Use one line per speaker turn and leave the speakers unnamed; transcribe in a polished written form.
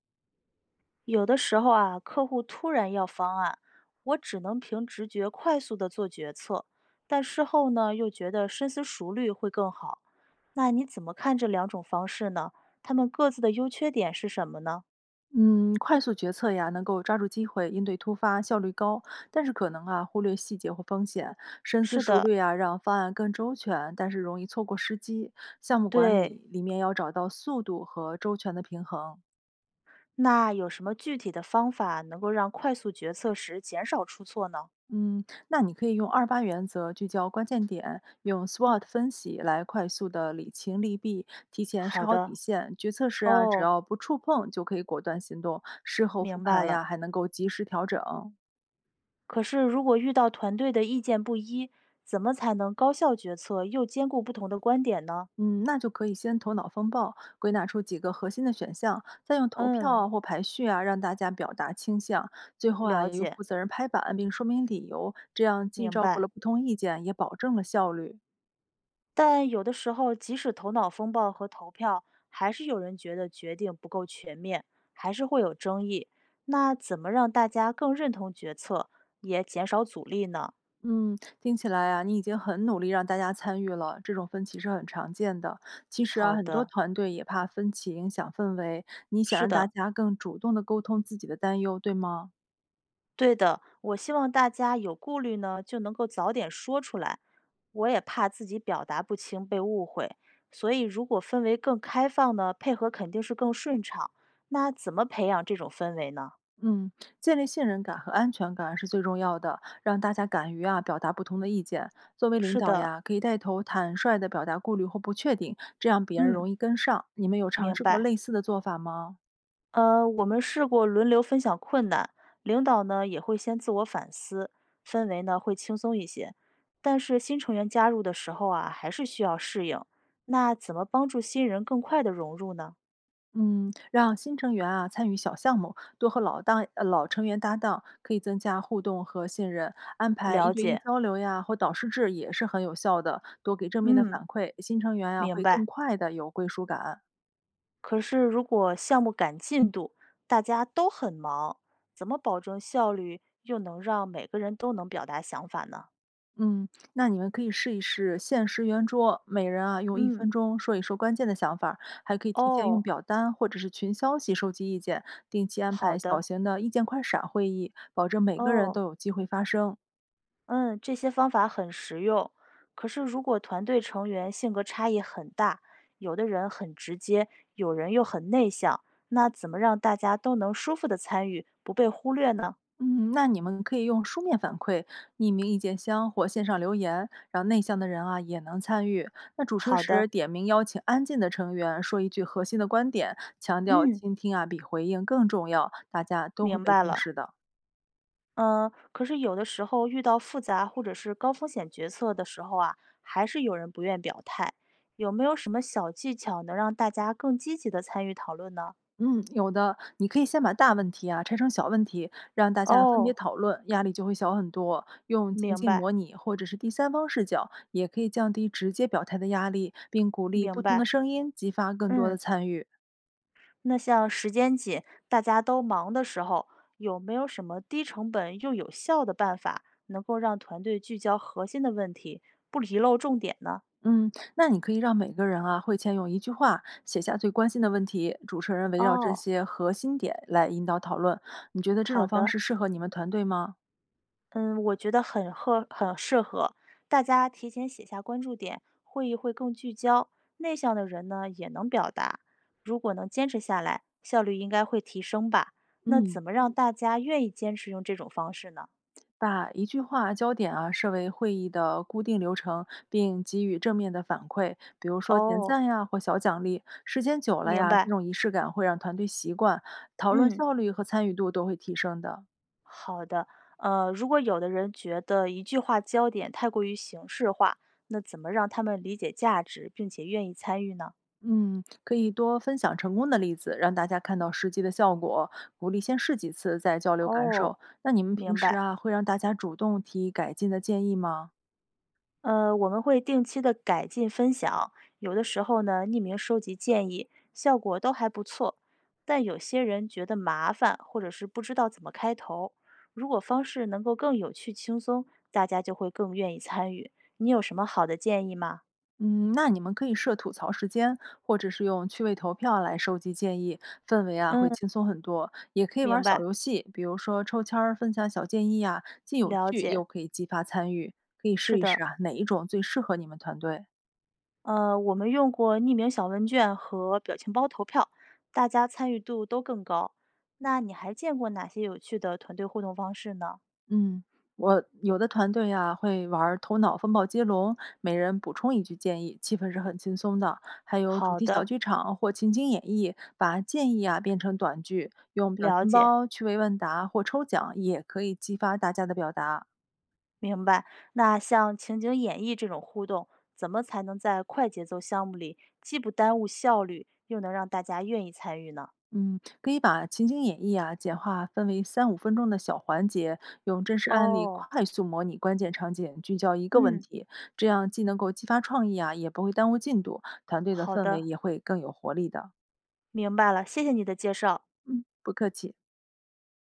有的时候啊，客户突然要方案，我只能凭直觉快速的做决策，但事后呢，又觉得深思熟虑会更好。那你怎么看这两种方式呢？他们各自的优缺点是什么呢？
嗯，快速决策呀，能够抓住机会，应对突发，效率高，但是可能啊，忽略细节或风险，深思
是
熟
的，
虑啊，让方案更周全，但是容易错过时机。项目管
对。
理里面要找到速度和周全的平衡。
那有什么具体的方法能够让快速决策时减少出错呢？
嗯，那你可以用二八原则聚焦关键点，用 SWOT 分析来快速的理清利弊，提前设
好
好
的，
底线。决策时啊，只
哦，
要不触碰就可以果断行动，事后
明
复
白
盘呀，
了。
还能够及时调整。
可是如果遇到团队的意见不一，怎么才能高效决策又兼顾不同的观点呢？
嗯，那就可以先头脑风暴，归纳出几个核心的选项，再用投票
嗯，
啊或排序啊让大家表达倾向，最后啊
了
也由
解，
负责人拍板并说明理由，这样既
明
照顾
白。
了不同意见，也保证了效率。
但有的时候，即使头脑风暴和投票，还是有人觉得决定不够全面，还是会有争议。那怎么让大家更认同决策，也减少阻力呢？
嗯，听起来啊，你已经很努力让大家参与了，这种分歧是很常见的。其实啊，
好
很多
的，
团队也怕分歧影响氛围，你想
是
让大
的，
家更主动的沟通自己的担忧，对吗？
对的。我希望大家有顾虑呢，就能够早点说出来。我也怕自己表达不清被误会，所以如果氛围更开放呢，配合肯定是更顺畅。那怎么培养这种氛围呢？
嗯，建立信任感和安全感是最重要的，让大家敢于啊表达不同的意见。作为领
是
导
的，
呀，可以带头坦率地表达顾虑或不确定，这样别人
嗯。
容易跟上。你们有尝
明
试过
白。
类似的做法吗？
我们试过轮流分享困难，领导呢也会先自我反思，氛围呢会轻松一些。但是新成员加入的时候啊，还是需要适应。那怎么帮助新人更快的融入呢？
嗯，让新成员啊参与小项目，多和老成员搭档，可以增加互动和信任。安排一
了
对一
解，
交流呀，或导师制也是很有效的，多给正面的
嗯，
反馈，新成员啊
明
会更
白。
快的有归属感。
可是如果项目赶进度，大家都很忙，怎么保证效率又能让每个人都能表达想法呢？
嗯，那你们可以试一试限时圆桌，每人啊用一
嗯，
分钟说一说关键的想法儿还可以提前用
哦，
表单或者是群消息收集意见，定期安
好
排小
的，
型的意见快闪会议，保证每个人
哦。
都有机会发声。
嗯，这些方法很实用。可是，如果团队成员性格差异很大，有的人很直接，有人又很内向，那怎么让大家都能舒服的参与，不被忽略呢？
嗯，那你们可以用书面反馈、匿名意见箱或线上留言，让内向的人啊也能参与。那主持
好的，
时点名邀请安静的成员说一句核心的观点，强调
嗯，
倾听啊比回应更重要，大家都会
明
被
白
重
了。
视的。
嗯，可是有的时候遇到复杂或者是高风险决策的时候啊，还是有人不愿表态。有没有什么小技巧能让大家更积极的参与讨论呢？
嗯，有的，你可以先把大问题啊拆成小问题，让大家分别
哦，
讨论，压力就会小很多。用情
明
境
白，
模拟或者是第三方视角，也可以降低直接表态的压力，并鼓励
明
不同的
白，
声音，激发更多的
嗯。
参与。
那像时间紧，大家都忙的时候，有没有什么低成本又有效的办法，能够让团队聚焦核心的问题，不遗漏重点呢？
嗯，那你可以让每个人啊会前用一句话写下最关心的问题，主持人围绕这
哦，
些核心点来引导讨论。你觉得这
好
种方
的，
式适合你们团队吗？
嗯，我觉得很合，很适合。大家提前写下关注点，会议会更聚焦。内向的人呢，也能表达。如果能坚持下来，效率应该会提升吧？那
嗯。
怎么让大家愿意坚持用这种方式呢？
把一句话焦点啊设为会议的固定流程，并给予正面的反馈，比如说点
哦，
赞呀或小奖励。时间久了
明
呀，这
白，
种仪式感会让团队习惯，讨论
嗯。
效率和参与度都会提升的。
好的，如果有的人觉得一句话焦点太过于形式化，那怎么让他们理解价值，并且愿意参与呢？
嗯，可以多分享成功的例子，让大家看到实际的效果，鼓励先试几次再交流感
哦，
受。那你们平
明
时
白。
啊会让大家主动提改进的建议吗？
我们会定期的改进分享，有的时候呢，匿名收集建议，效果都还不错。但有些人觉得麻烦，或者是不知道怎么开头。如果方式能够更有趣、轻松，大家就会更愿意参与。你有什么好的建议吗？
嗯，那你们可以设吐槽时间，或者是用趣味投票来收集建议，氛围啊会
嗯，
轻松很多。也可以玩
明
儿小
白，
游戏，比如说抽签儿分享小建议呀，既有
了
趣
解，
又可以激发参与。可以
是
试一
的。
试啊，哪一种最适合你们团队？
我们用过匿名小问卷和表情包投票，大家参与度都更高。那你还见过哪些有趣的团队互动方式呢？
嗯，我有的团队呀、会玩儿头脑风暴接龙，每人补充一句建议，气氛是很轻松的。还有主
好
题小
的，
剧场或情景演绎，把建议啊变成短剧，用表
了
情
解，
包、趣味问答或抽奖也可以激发大家的表达。
明白。那像情景演绎这种互动，怎么才能在快节奏项目里既不耽误效率，又能让大家愿意参与呢？
嗯，可以把情景演绎啊简化分为三五分钟的小环节，用真实案例
哦，
快速模拟关键场景，聚焦一个问
嗯，
题，这样既能够激发创意啊，也不会耽误进度，团队的
好
氛围
的，
也会更有活力的。
明白了，谢谢你的介绍。
嗯，不客气。